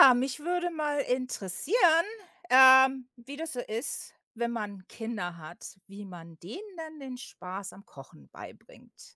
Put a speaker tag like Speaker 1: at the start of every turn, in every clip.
Speaker 1: Ja, mich würde mal interessieren, wie das so ist, wenn man Kinder hat, wie man denen dann den Spaß am Kochen beibringt.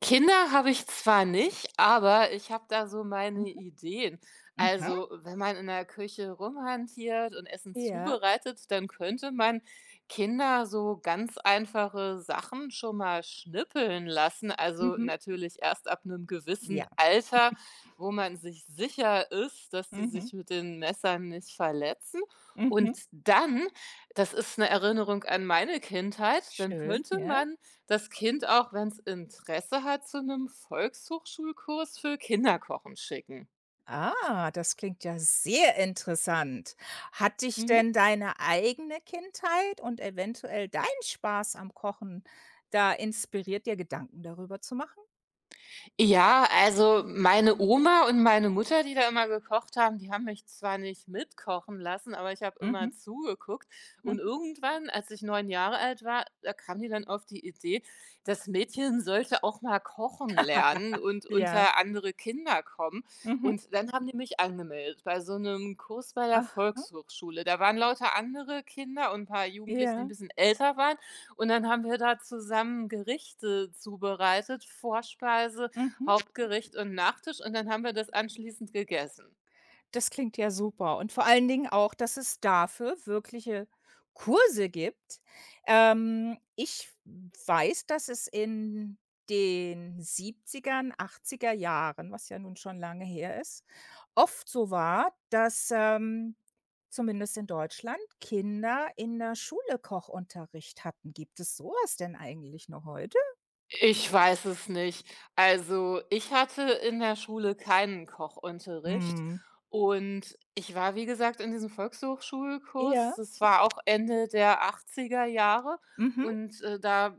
Speaker 2: Kinder habe ich zwar nicht, aber ich habe da so meine
Speaker 1: Mhm,
Speaker 2: Ideen.
Speaker 1: mhm.
Speaker 2: Also, wenn man in der Küche rumhantiert und Essen
Speaker 1: Ja.
Speaker 2: zubereitet, dann könnte man Kinder so ganz einfache Sachen schon mal schnippeln lassen. Also
Speaker 1: Mhm.
Speaker 2: natürlich erst ab einem gewissen
Speaker 1: Ja.
Speaker 2: Alter, wo man sich sicher ist, dass die
Speaker 1: Mhm,
Speaker 2: sich mit den Messern nicht verletzen.
Speaker 1: mhm.
Speaker 2: Und dann, das ist eine Erinnerung an meine Kindheit, dann
Speaker 1: Schön,
Speaker 2: könnte
Speaker 1: ja.
Speaker 2: man das Kind auch, wenn's Interesse hat, zu 'nem Volkshochschulkurs für Kinderkochen schicken.
Speaker 1: Ah, das klingt ja sehr interessant. Hat dich
Speaker 2: Mhm.
Speaker 1: denn deine eigene Kindheit und eventuell dein Spaß am Kochen da inspiriert, dir Gedanken darüber zu machen?
Speaker 2: Ja, also meine Oma und meine Mutter, die da immer gekocht haben, die haben mich zwar nicht mitkochen lassen, aber ich habe
Speaker 1: Mhm,
Speaker 2: immer zugeguckt. Und
Speaker 1: mhm.
Speaker 2: irgendwann, als ich 9 Jahre alt war, da kam die dann auf die Idee, das Mädchen sollte auch mal kochen lernen und
Speaker 1: Ja.
Speaker 2: unter andere Kinder kommen.
Speaker 1: Mhm.
Speaker 2: Und dann haben die mich angemeldet bei so einem Kurs bei der
Speaker 1: Aha.
Speaker 2: Volkshochschule. Da waren lauter andere Kinder und 'n paar Jugendliche, die ein
Speaker 1: Ja,
Speaker 2: bisschen älter waren. Und dann haben wir da zusammen Gerichte zubereitet, Vorspeise,
Speaker 1: mhm.
Speaker 2: Hauptgericht und Nachtisch, und dann haben wir das anschließend gegessen.
Speaker 1: Das klingt ja super und vor allen Dingen auch, dass es dafür wirkliche Kurse gibt. Ich weiß, dass es in den 70er achtziger Jahren, was ja nun schon lange her ist, oft so war, dass, zumindest in Deutschland, Kinder in der Schule Kochunterricht hatten. Gibt es so was denn eigentlich noch heute?
Speaker 2: Ich weiß es nicht. Also, ich hatte in der Schule keinen Kochunterricht
Speaker 1: Mhm.
Speaker 2: und ich war, wie gesagt, in diesem Volkshochschulkurs.
Speaker 1: Ja.
Speaker 2: Das war auch Ende der 80er Jahre
Speaker 1: Mhm.
Speaker 2: und, da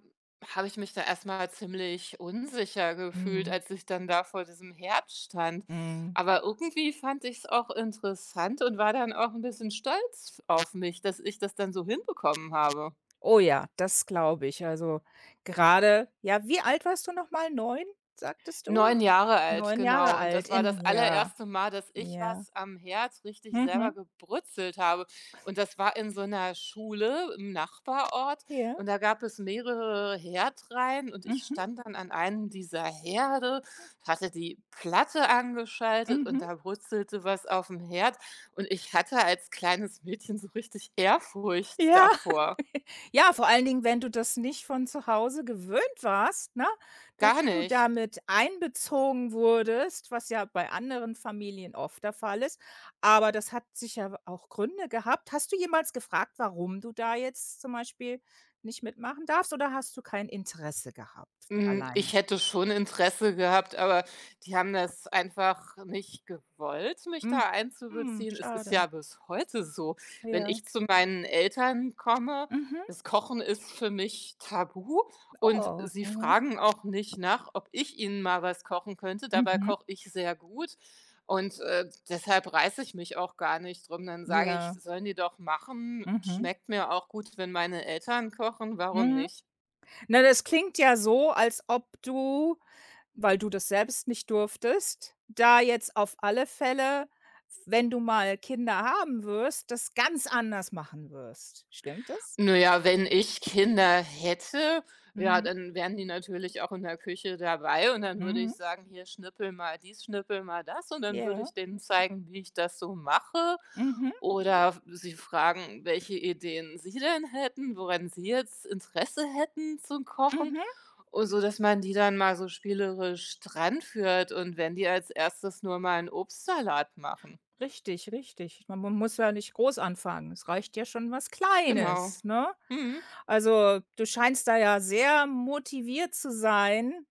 Speaker 2: habe ich mich da erstmal ziemlich unsicher gefühlt,
Speaker 1: Mhm.
Speaker 2: als ich dann da vor diesem Herd stand.
Speaker 1: Mhm.
Speaker 2: Aber irgendwie fand ich es auch interessant und war dann auch ein bisschen stolz auf mich, dass ich das dann so hinbekommen habe.
Speaker 1: Oh ja, das glaube ich. Also, gerade ja, wie alt warst du noch mal? 9, sagtest du?
Speaker 2: 9 Jahre alt,
Speaker 1: Neun Jahre
Speaker 2: genau. Und
Speaker 1: alt
Speaker 2: das war das
Speaker 1: in ja,
Speaker 2: allererste Mal, dass ich
Speaker 1: ja.
Speaker 2: was am Herd richtig selber
Speaker 1: Mhm.
Speaker 2: gebrutzelt habe. Und das war in so einer Schule im Nachbarort
Speaker 1: Ja.
Speaker 2: und da gab es mehrere Herdreihen und ich
Speaker 1: Mhm.
Speaker 2: stand dann an einem dieser Herde, hatte die Platte angeschaltet
Speaker 1: Mhm.
Speaker 2: und da brutzelte was auf dem Herd und ich hatte als kleines Mädchen so richtig Ehrfurcht
Speaker 1: Ja.
Speaker 2: davor.
Speaker 1: Ja, vor allen Dingen, wenn du das nicht von zu Hause gewöhnt warst, ne, dass
Speaker 2: Gar
Speaker 1: du
Speaker 2: nicht.
Speaker 1: damit einbezogen wurdest, was ja bei anderen Familien oft der Fall ist. Aber das hat sicher auch Gründe gehabt. Hast du jemals gefragt, warum du da jetzt zum Beispiel nicht mitmachen darfst oder hast du kein Interesse gehabt von
Speaker 2: Hm,
Speaker 1: alleine?
Speaker 2: ich hätte schon Interesse gehabt, aber die haben das einfach nicht gewollt, mich
Speaker 1: Hm.
Speaker 2: da
Speaker 1: Hm,
Speaker 2: einzubeziehen. Es ist
Speaker 1: schade.
Speaker 2: ja bis heute so, wenn
Speaker 1: Ja.
Speaker 2: ich zu meinen Eltern komme,
Speaker 1: Mhm.
Speaker 2: das Kochen ist für mich tabu und
Speaker 1: Oh.
Speaker 2: sie
Speaker 1: Mhm.
Speaker 2: fragen auch nicht nach, ob ich ihnen mal was kochen könnte. Dabei
Speaker 1: Mhm.
Speaker 2: koche ich sehr gut und, deshalb reiße ich mich auch gar nicht drum. Dann sage ich:
Speaker 1: Ja.
Speaker 2: „Sollen die doch machen.
Speaker 1: Mhm.
Speaker 2: Schmeckt mir auch gut, wenn meine Eltern kochen. Warum
Speaker 1: Mhm.
Speaker 2: nicht?“
Speaker 1: Na, das klingt ja so, als ob du, weil du das selbst nicht durftest, da jetzt auf alle Fälle, wenn du mal Kinder haben wirst, das ganz anders machen wirst. Stimmt das?
Speaker 2: Naja, wenn ich Kinder hätte, ja,
Speaker 1: Mhm.
Speaker 2: dann wären die natürlich auch in der Küche dabei und dann würde
Speaker 1: Mhm.
Speaker 2: ich sagen: „Hier, schnippel mal dies, schnippel mal das“, und dann würde
Speaker 1: Ja.
Speaker 2: ich denen zeigen, wie ich das so mache.
Speaker 1: Mhm.
Speaker 2: Oder sie fragen, welche Ideen sie denn hätten, woran sie jetzt Interesse hätten zum Kochen
Speaker 1: Mhm.
Speaker 2: und so, dass man die dann mal so spielerisch dran führt und wenn die als Erstes nur mal einen Obstsalat machen.
Speaker 1: Richtig, richtig. Man muss ja nicht groß anfangen. Es reicht ja schon was
Speaker 2: Genau.
Speaker 1: Kleines, ne?
Speaker 2: Mhm.
Speaker 1: Also, du scheinst da ja sehr motiviert zu sein,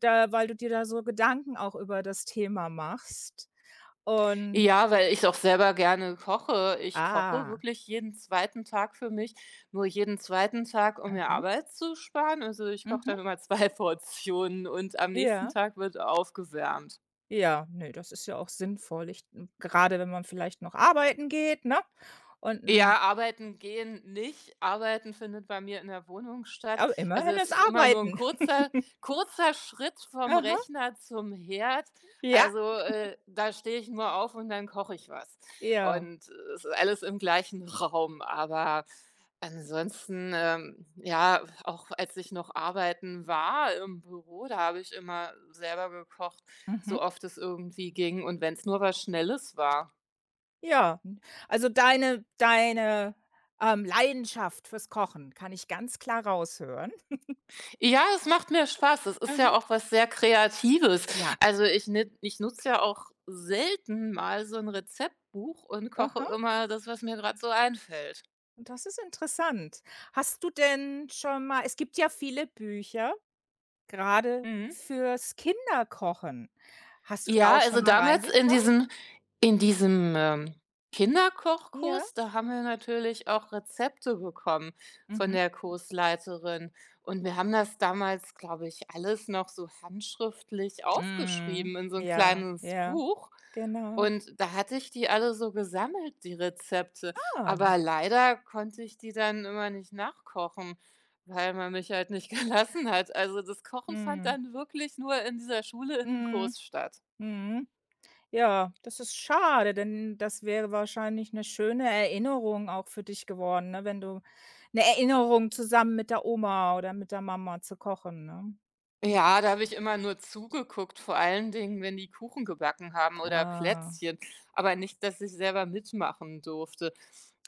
Speaker 1: da weil du dir da so Gedanken auch über das Thema machst und.
Speaker 2: Ja, weil ich auch selber gerne koche. Ich koche
Speaker 1: Ah.
Speaker 2: wirklich jeden zweiten Tag für mich, nur jeden zweiten Tag, um mir
Speaker 1: Aha.
Speaker 2: Arbeit zu sparen. Also, ich koche
Speaker 1: Mhm.
Speaker 2: dann immer 2 Portionen und am nächsten
Speaker 1: Ja,
Speaker 2: Tag wird aufgewärmt.
Speaker 1: ja, ne, das ist ja auch sinnvoll. Wenn man vielleicht noch arbeiten geht, ne? Und,
Speaker 2: Ja, arbeiten gehen nicht. Arbeiten findet bei mir in der Wohnung statt.
Speaker 1: aber
Speaker 2: Also,
Speaker 1: immerhin
Speaker 2: es
Speaker 1: ist
Speaker 2: ist immer nur ein
Speaker 1: Arbeiten.
Speaker 2: kurzer kurzer Schritt vom
Speaker 1: Aha.
Speaker 2: Rechner zum Herd.
Speaker 1: Ja,
Speaker 2: Also, da stehe ich nur auf und dann koche ich was.
Speaker 1: ja.
Speaker 2: Und es ist alles im gleichen Raum, aber ansonsten, ja, auch als ich noch arbeiten war im Büro, da habe ich immer selber gekocht,
Speaker 1: Mhm.
Speaker 2: so oft es irgendwie ging und wenn es nur was Schnelles war.
Speaker 1: Ja, also deine Leidenschaft fürs Kochen kann ich ganz klar raushören.
Speaker 2: Ja, es macht mir Spaß. Es ist ja
Speaker 1: Aha.
Speaker 2: auch was sehr Kreatives.
Speaker 1: Ja.
Speaker 2: Also, ich nutze ja auch selten mal so ein Rezeptbuch und koche
Speaker 1: Aha.
Speaker 2: immer das, was mir gerade so einfällt.
Speaker 1: Und das ist interessant. Hast du denn schon mal, es gibt ja viele Bücher, gerade
Speaker 2: Mhm.
Speaker 1: fürs Kinderkochen. Hast du da
Speaker 2: Ja,
Speaker 1: auch
Speaker 2: also
Speaker 1: schon mal
Speaker 2: damals in
Speaker 1: reingeschaut?
Speaker 2: diesem
Speaker 1: Ja?
Speaker 2: Kinderkochkurs, da haben wir natürlich auch Rezepte bekommen von
Speaker 1: Mhm.
Speaker 2: der Kursleiterin und wir haben das damals, glaube ich, alles noch so handschriftlich
Speaker 1: Mhm.
Speaker 2: aufgeschrieben in so ein
Speaker 1: Ja,
Speaker 2: kleines
Speaker 1: ja,
Speaker 2: Buch
Speaker 1: genau.
Speaker 2: und da hatte ich die alle so gesammelt, die Rezepte,
Speaker 1: Ah,
Speaker 2: aber leider konnte ich die dann immer nicht nachkochen, weil man mich halt nicht gelassen hat. Also, das Kochen fand
Speaker 1: mhm.
Speaker 2: dann wirklich nur in dieser Schule in 'nem
Speaker 1: Mhm.
Speaker 2: Kurs statt.
Speaker 1: Mhm. Ja, das ist schade, denn das wäre wahrscheinlich 'ne schöne Erinnerung auch für dich geworden, ne, wenn du 'ne Erinnerung zusammen mit der Oma oder mit der Mama zu kochen, ne?
Speaker 2: Ja, da habe ich immer nur zugeguckt, vor allen Dingen, wenn die Kuchen gebacken haben oder
Speaker 1: Ah.
Speaker 2: Plätzchen, aber nicht, dass ich selber mitmachen durfte.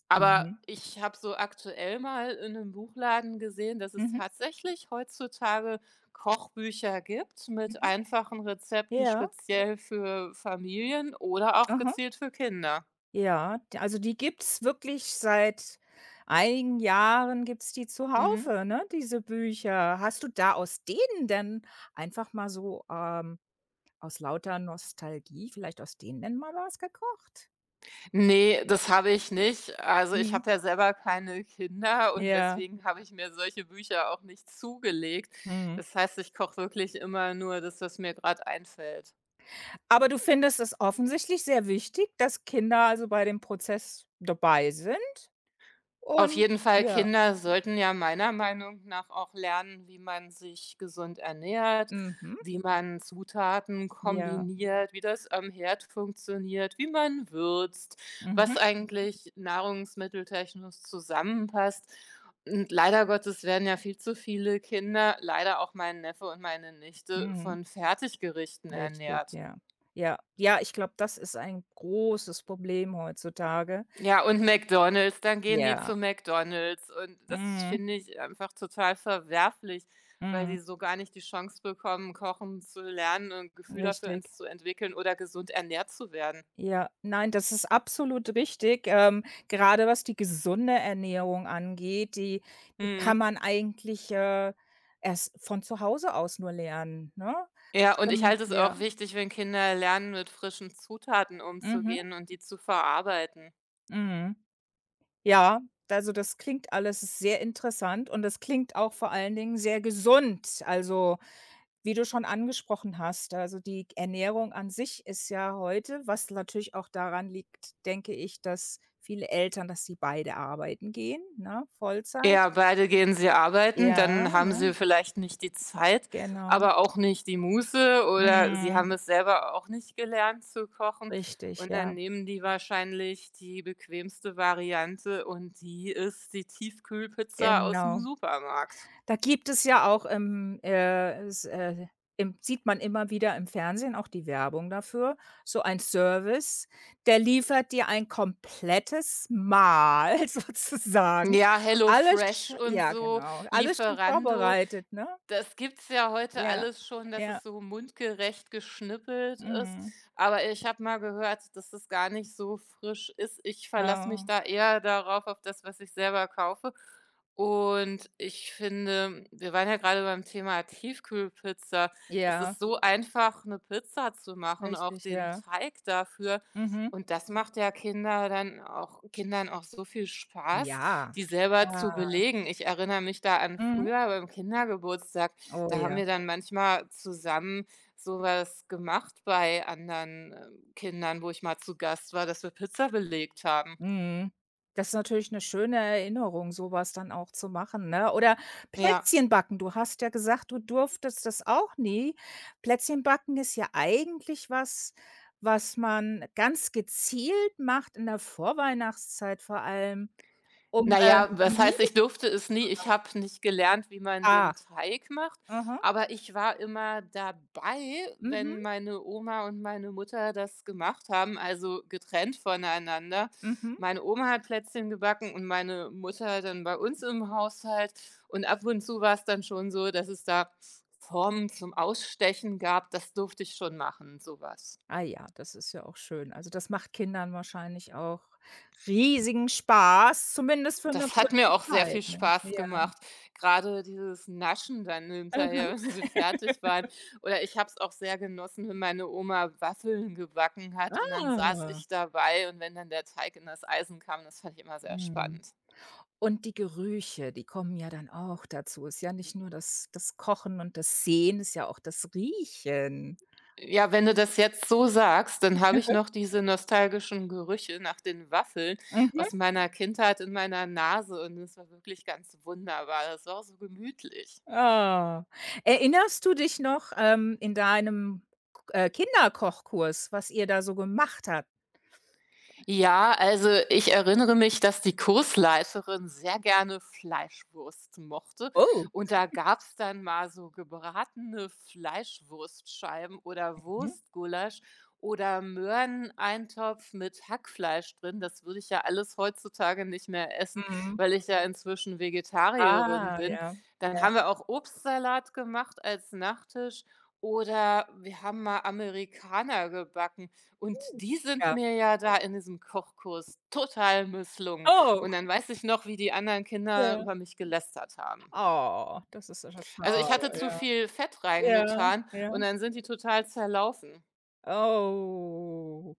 Speaker 2: Aber
Speaker 1: Mhm.
Speaker 2: ich habe so aktuell mal in einem Buchladen gesehen, dass es
Speaker 1: Mhm.
Speaker 2: tatsächlich heutzutage Kochbücher gibt mit
Speaker 1: Mhm.
Speaker 2: einfachen Rezepten
Speaker 1: Ja.
Speaker 2: speziell für Familien oder auch
Speaker 1: Aha.
Speaker 2: gezielt für Kinder.
Speaker 1: Ja, d also die gibt's wirklich seit einigen Jahren, gibt's die
Speaker 2: Mhm.
Speaker 1: zuhaufe, ne, diese Bücher. Hast du da aus denen denn einfach mal so, aus lauter Nostalgie vielleicht aus denen denn mal was gekocht?
Speaker 2: Ne, das habe ich nicht. Also, ich
Speaker 1: Mhm.
Speaker 2: habe ja selber keine Kinder und
Speaker 1: Ja,
Speaker 2: deswegen habe ich mir solche Bücher auch nicht zugelegt.
Speaker 1: mhm.
Speaker 2: Das heißt, ich koche wirklich immer nur das, was mir gerade einfällt.
Speaker 1: Aber du findest es offensichtlich sehr wichtig, dass Kinder also bei dem Prozess dabei sind
Speaker 2: Auf
Speaker 1: und
Speaker 2: jeden Fall,
Speaker 1: ja,
Speaker 2: Kinder sollten ja meiner Meinung nach auch lernen, wie man sich gesund ernährt,
Speaker 1: mhm,
Speaker 2: wie man Zutaten
Speaker 1: ja,
Speaker 2: kombiniert, wie das am Herd funktioniert, wie man würzt,
Speaker 1: mhm,
Speaker 2: was eigentlich nahrungsmitteltechnisch zusammenpasst. Und leider Gottes werden ja viel zu viele Kinder, leider auch mein Neffe und meine Nichte,
Speaker 1: mhm.
Speaker 2: von Fertiggerichten
Speaker 1: Richtig,
Speaker 2: ernährt.
Speaker 1: ja. Ja, ja, ich glaube, das ist ein großes Problem heutzutage.
Speaker 2: Ja, und McDonald's, dann gehen die
Speaker 1: Ja,
Speaker 2: zu McDonald's und das
Speaker 1: mhm,
Speaker 2: finde ich einfach total verwerflich, weil
Speaker 1: mhm,
Speaker 2: sie so gar nicht die Chance bekommen, kochen zu lernen und 'n Gefühl dafür
Speaker 1: richtig.
Speaker 2: ents zu entwickeln oder gesund ernährt zu werden.
Speaker 1: Ja, nein, das ist absolut richtig. Gerade was die gesunde Ernährung angeht, die kann
Speaker 2: Mhm.
Speaker 1: man eigentlich, erst von zu Hause aus nur lernen, ne?
Speaker 2: Ja, und ich
Speaker 1: Stimmt,
Speaker 2: halte es
Speaker 1: ja.
Speaker 2: auch wichtig, wenn Kinder lernen, mit frischen Zutaten
Speaker 1: Mhm,
Speaker 2: umzugehen und die zu verarbeiten.
Speaker 1: mhm. Ja, also das klingt alles sehr interessant und das klingt auch vor allen Dingen sehr gesund. Also, wie du schon angesprochen hast, also die Ernährung an sich ist ja heute was, natürlich auch daran liegt, denke ich, dass viele Eltern dass sie beide arbeiten gehen, ne, Vollzeit.
Speaker 2: Ja, beide gehen sie arbeiten,
Speaker 1: Ja,
Speaker 2: dann haben
Speaker 1: ja,
Speaker 2: sie vielleicht nicht die Zeit,
Speaker 1: genau.
Speaker 2: aber auch nicht die Muße oder sie
Speaker 1: Mhm.
Speaker 2: haben es selber auch nicht gelernt zu kochen
Speaker 1: Richtig,
Speaker 2: und dann
Speaker 1: ja,
Speaker 2: nehmen die wahrscheinlich die bequemste Variante und die ist die Tiefkühlpizza aus dem
Speaker 1: genau.
Speaker 2: Supermarkt.
Speaker 1: Da gibt es ja auch im sieht man immer wieder im Fernsehen auch die Werbung dafür, so ein Service, der liefert dir ein komplettes Mahl sozusagen.
Speaker 2: Ja,
Speaker 1: Alles sch
Speaker 2: HelloFresh und
Speaker 1: Ja,
Speaker 2: so,
Speaker 1: genau, alles schon
Speaker 2: Lieferando,
Speaker 1: vorbereitet, ne?
Speaker 2: das gibt's ja heute
Speaker 1: Ja,
Speaker 2: alles schon, dass
Speaker 1: ja,
Speaker 2: es so mundgerecht geschnippelt ist.
Speaker 1: mhm.
Speaker 2: Aber ich habe mal gehört, dass das gar nicht so frisch ist. Ich verlasse mich
Speaker 1: Ja,
Speaker 2: da eher darauf, auf das, was ich selber kaufe. Und ich finde, wir waren ja gerade beim Thema Tiefkühlpizza. Es
Speaker 1: ja,
Speaker 2: ist so einfach, eine Pizza zu machen, auch
Speaker 1: richtig,
Speaker 2: den
Speaker 1: ja.
Speaker 2: Teig dafür.
Speaker 1: Mhm.
Speaker 2: Und das macht ja Kinder dann auch Kindern auch so viel Spaß.
Speaker 1: Ja,
Speaker 2: Die selber
Speaker 1: ja,
Speaker 2: zu belegen. Ich erinnere mich da an
Speaker 1: mhm.
Speaker 2: früher beim Kindergeburtstag,
Speaker 1: Oh
Speaker 2: da haben
Speaker 1: ja.
Speaker 2: wir dann manchmal zusammen sowas gemacht bei anderen, Kindern, wo ich mal zu Gast war, dass wir Pizza belegt haben.
Speaker 1: Mhm. Das ist natürlich 'ne schöne Erinnerung, so was dann auch zu machen, ne? Oder
Speaker 2: Ja.
Speaker 1: Plätzchen backen. Du hast ja gesagt, du durftest das auch nie. Plätzchen backen ist ja eigentlich was, was man ganz gezielt macht in der Vorweihnachtszeit vor allem, um,
Speaker 2: Na ja, was heißt,
Speaker 1: Familie
Speaker 2: ich durfte es nie. Ich habe nicht gelernt, wie man
Speaker 1: ah,
Speaker 2: den Teig macht,
Speaker 1: aha,
Speaker 2: aber ich war immer dabei,
Speaker 1: mhm,
Speaker 2: wenn meine Oma und meine Mutter das gemacht haben, also getrennt voneinander.
Speaker 1: mhm.
Speaker 2: Meine Oma hat Plätzchen gebacken und meine Mutter dann bei uns im Haushalt und ab und zu war es dann schon so, dass es da Formen zum Ausstechen gab. Das durfte ich schon machen, sowas.
Speaker 1: Ah ja, das ist ja auch schön. Also, das macht Kindern wahrscheinlich auch riesigen Spaß, zumindest für 'ne
Speaker 2: Das hat mir
Speaker 1: kurze
Speaker 2: auch sehr
Speaker 1: Zeit,
Speaker 2: viel
Speaker 1: ne?
Speaker 2: Spaß
Speaker 1: Ja.
Speaker 2: gemacht. Gerade dieses Naschen dann hinterher, wenn sie fertig waren. Oder ich habe es auch sehr genossen, wenn meine Oma Waffeln gebacken hat und dann saß
Speaker 1: Aha.
Speaker 2: ich dabei und wenn dann der Teig in das Eisen kam, das fand ich immer sehr
Speaker 1: Mhm.
Speaker 2: spannend.
Speaker 1: Und die Gerüche, die kommen ja dann auch dazu. Ist ja nicht nur das Kochen und das Sehen, ist ja auch das Riechen.
Speaker 2: Ja, wenn du das jetzt so sagst, dann habe ich noch diese nostalgischen Gerüche nach den Waffeln
Speaker 1: Mhm.
Speaker 2: aus meiner Kindheit in meiner Nase und es war wirklich ganz wunderbar. Das war auch so gemütlich.
Speaker 1: Ah. Erinnerst du dich noch, in deinem Kinderkochkurs, was ihr da so gemacht habt?
Speaker 2: Ja, also ich erinnere mich, dass die Kursleiterin sehr gerne Fleischwurst mochte.
Speaker 1: Oh.
Speaker 2: Und da gab's dann mal so gebratene Fleischwurstscheiben oder
Speaker 1: Mhm.
Speaker 2: Wurstgulasch oder Möhreneintopf mit Hackfleisch drin. Das würde ich ja alles heutzutage nicht mehr essen,
Speaker 1: Mhm.
Speaker 2: weil ich ja inzwischen Vegetarierin
Speaker 1: Ah,
Speaker 2: bin.
Speaker 1: ja.
Speaker 2: Dann haben wir auch Obstsalat gemacht als Nachtisch. Oder wir haben mal Amerikaner gebacken. Und die sind
Speaker 1: Ja.
Speaker 2: mir ja da in diesem Kochkurs total misslungen.
Speaker 1: Oh,
Speaker 2: Und dann weiß ich noch, wie die anderen Kinder
Speaker 1: ja.
Speaker 2: über mich gelästert haben.
Speaker 1: Oh, das ist ja
Speaker 2: Also, ich
Speaker 1: schade,
Speaker 2: hatte zu
Speaker 1: ja.
Speaker 2: viel Fett
Speaker 1: Ja,
Speaker 2: reingetan
Speaker 1: ja.
Speaker 2: und dann sind die total zerlaufen.
Speaker 1: Oh,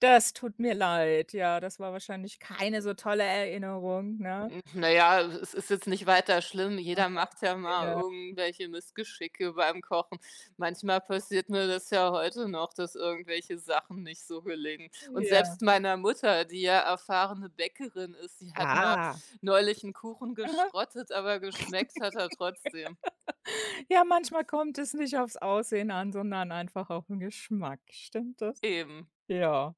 Speaker 1: das tut mir leid. Ja, das war wahrscheinlich keine so tolle Erinnerung, ne?
Speaker 2: Hm, na ja, es ist jetzt nicht weiter schlimm.
Speaker 1: Ah,
Speaker 2: Jeder macht ja mal
Speaker 1: ja,
Speaker 2: irgendwelche Missgeschicke beim Kochen. Manchmal passiert mir das ja heute noch, dass irgendwelche Sachen nicht so gelingen. Und
Speaker 1: ja.
Speaker 2: selbst meiner Mutter, die ja erfahrene Bäckerin ist, die hat mal
Speaker 1: Ah.
Speaker 2: neulich einen Kuchen
Speaker 1: Aha.
Speaker 2: geschrottet, aber geschmeckt hat er trotzdem.
Speaker 1: Ja, manchmal kommt es nicht aufs Aussehen an, sondern einfach auf den Geschmack. Stimmt das?
Speaker 2: Eben.
Speaker 1: Ja.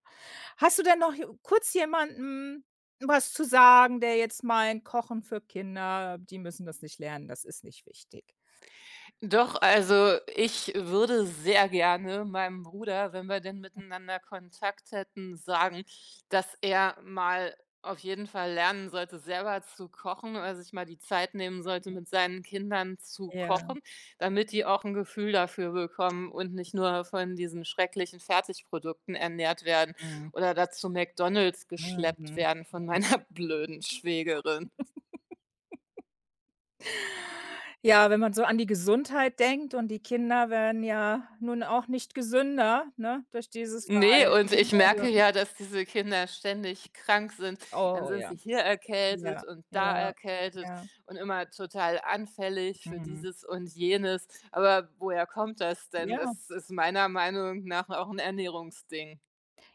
Speaker 1: Hast du denn noch j kurz jemandem was zu sagen, der jetzt meint: „Kochen für Kinder, die müssen das nicht lernen, das ist nicht wichtig?“
Speaker 2: Doch, also ich würde sehr gerne meinem Bruder, wenn wir denn miteinander Kontakt hätten, sagen, dass er mal auf jeden Fall lernen sollte, selber zu kochen oder sich mal die Zeit nehmen sollte, mit seinen Kindern zu
Speaker 1: Ja,
Speaker 2: kochen, damit die auch ein Gefühl dafür bekommen und nicht nur von diesen schrecklichen Fertigprodukten ernährt werden
Speaker 1: mhm,
Speaker 2: oder dazu McDonald's geschleppt
Speaker 1: mhm.
Speaker 2: werden von meiner blöden Schwägerin.
Speaker 1: Ja, wenn man so an die Gesundheit denkt und die Kinder werden ja nun auch nicht gesünder, ne, durch dieses
Speaker 2: Ne, und
Speaker 1: Verhalten.
Speaker 2: ich
Speaker 1: Also
Speaker 2: merke ja, dass diese Kinder ständig krank sind. Dann
Speaker 1: oh
Speaker 2: sind
Speaker 1: ja,
Speaker 2: sie hier erkältet
Speaker 1: ja,
Speaker 2: und da
Speaker 1: ja,
Speaker 2: erkältet
Speaker 1: ja,
Speaker 2: und immer total anfällig für
Speaker 1: mhm.
Speaker 2: dieses und jenes. Aber woher kommt das denn?
Speaker 1: Ja,
Speaker 2: Das ist meiner Meinung nach auch ein Ernährungsding.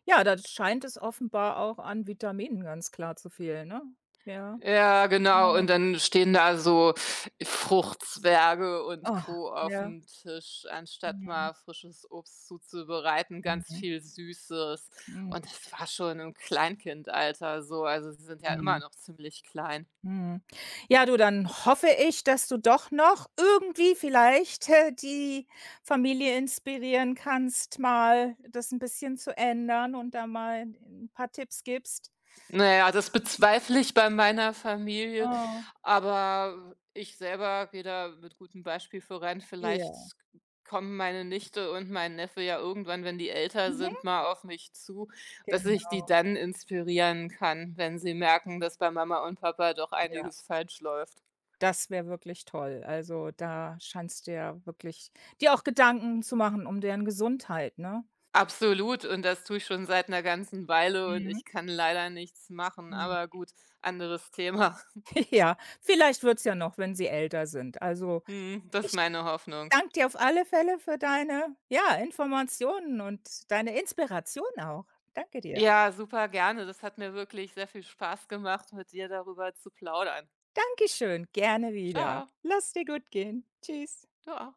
Speaker 1: ja, da scheint es offenbar auch an Vitaminen ganz klar zu fehlen, ne? Ja,
Speaker 2: Ja, genau.
Speaker 1: ja.
Speaker 2: Und dann stehen da so Fruchtzwerge und
Speaker 1: Oh,
Speaker 2: Co. auf
Speaker 1: ja.
Speaker 2: dem Tisch, anstatt
Speaker 1: Mhm,
Speaker 2: mal frisches Obst zuzubereiten, ganz
Speaker 1: mhm,
Speaker 2: viel Süßes.
Speaker 1: mhm.
Speaker 2: Und das war schon im Kleinkindalter so. Also, sie sind ja immer
Speaker 1: Mhm.
Speaker 2: noch ziemlich klein.
Speaker 1: Mhm. Ja, du, dann hoffe ich, dass du doch noch irgendwie vielleicht, die Familie inspirieren kannst, mal das ein bisschen zu ändern und da mal ein paar Tipps gibst.
Speaker 2: Na ja, das bezweifle ich bei meiner Familie,
Speaker 1: Ah.
Speaker 2: aber ich selber gehe da mit gutem Beispiel voran. Vielleicht
Speaker 1: Ja,
Speaker 2: kommen meine Nichte und mein Neffe ja irgendwann, wenn die älter
Speaker 1: mhm,
Speaker 2: sind, mal auf mich zu, dass ich die
Speaker 1: genau,
Speaker 2: dann inspirieren kann, wenn sie merken, dass bei Mama und Papa doch
Speaker 1: ja.
Speaker 2: einiges falsch läuft.
Speaker 1: Das wäre wirklich toll. Also, da scheinst du ja wirklich dir auch Gedanken zu machen um deren Gesundheit, ne?
Speaker 2: Absolut, und das tue ich schon seit einer ganzen Weile und
Speaker 1: Mhm,
Speaker 2: ich kann leider nichts machen, aber
Speaker 1: mhm.
Speaker 2: gut, anderes Thema.
Speaker 1: Ja, vielleicht wird's ja noch, wenn sie älter sind. Also,
Speaker 2: Mhm, das ist
Speaker 1: ich
Speaker 2: meine Hoffnung.
Speaker 1: danke dir auf alle Fälle für deine, ja, Informationen und deine Inspiration auch. Danke dir.
Speaker 2: Ja, super gerne. Das hat mir wirklich sehr viel Spaß gemacht, mit dir darüber zu plaudern.
Speaker 1: Dankeschön, gerne wieder.
Speaker 2: Ciao,
Speaker 1: Lass dir gut gehen. Tschüss.
Speaker 2: du auch.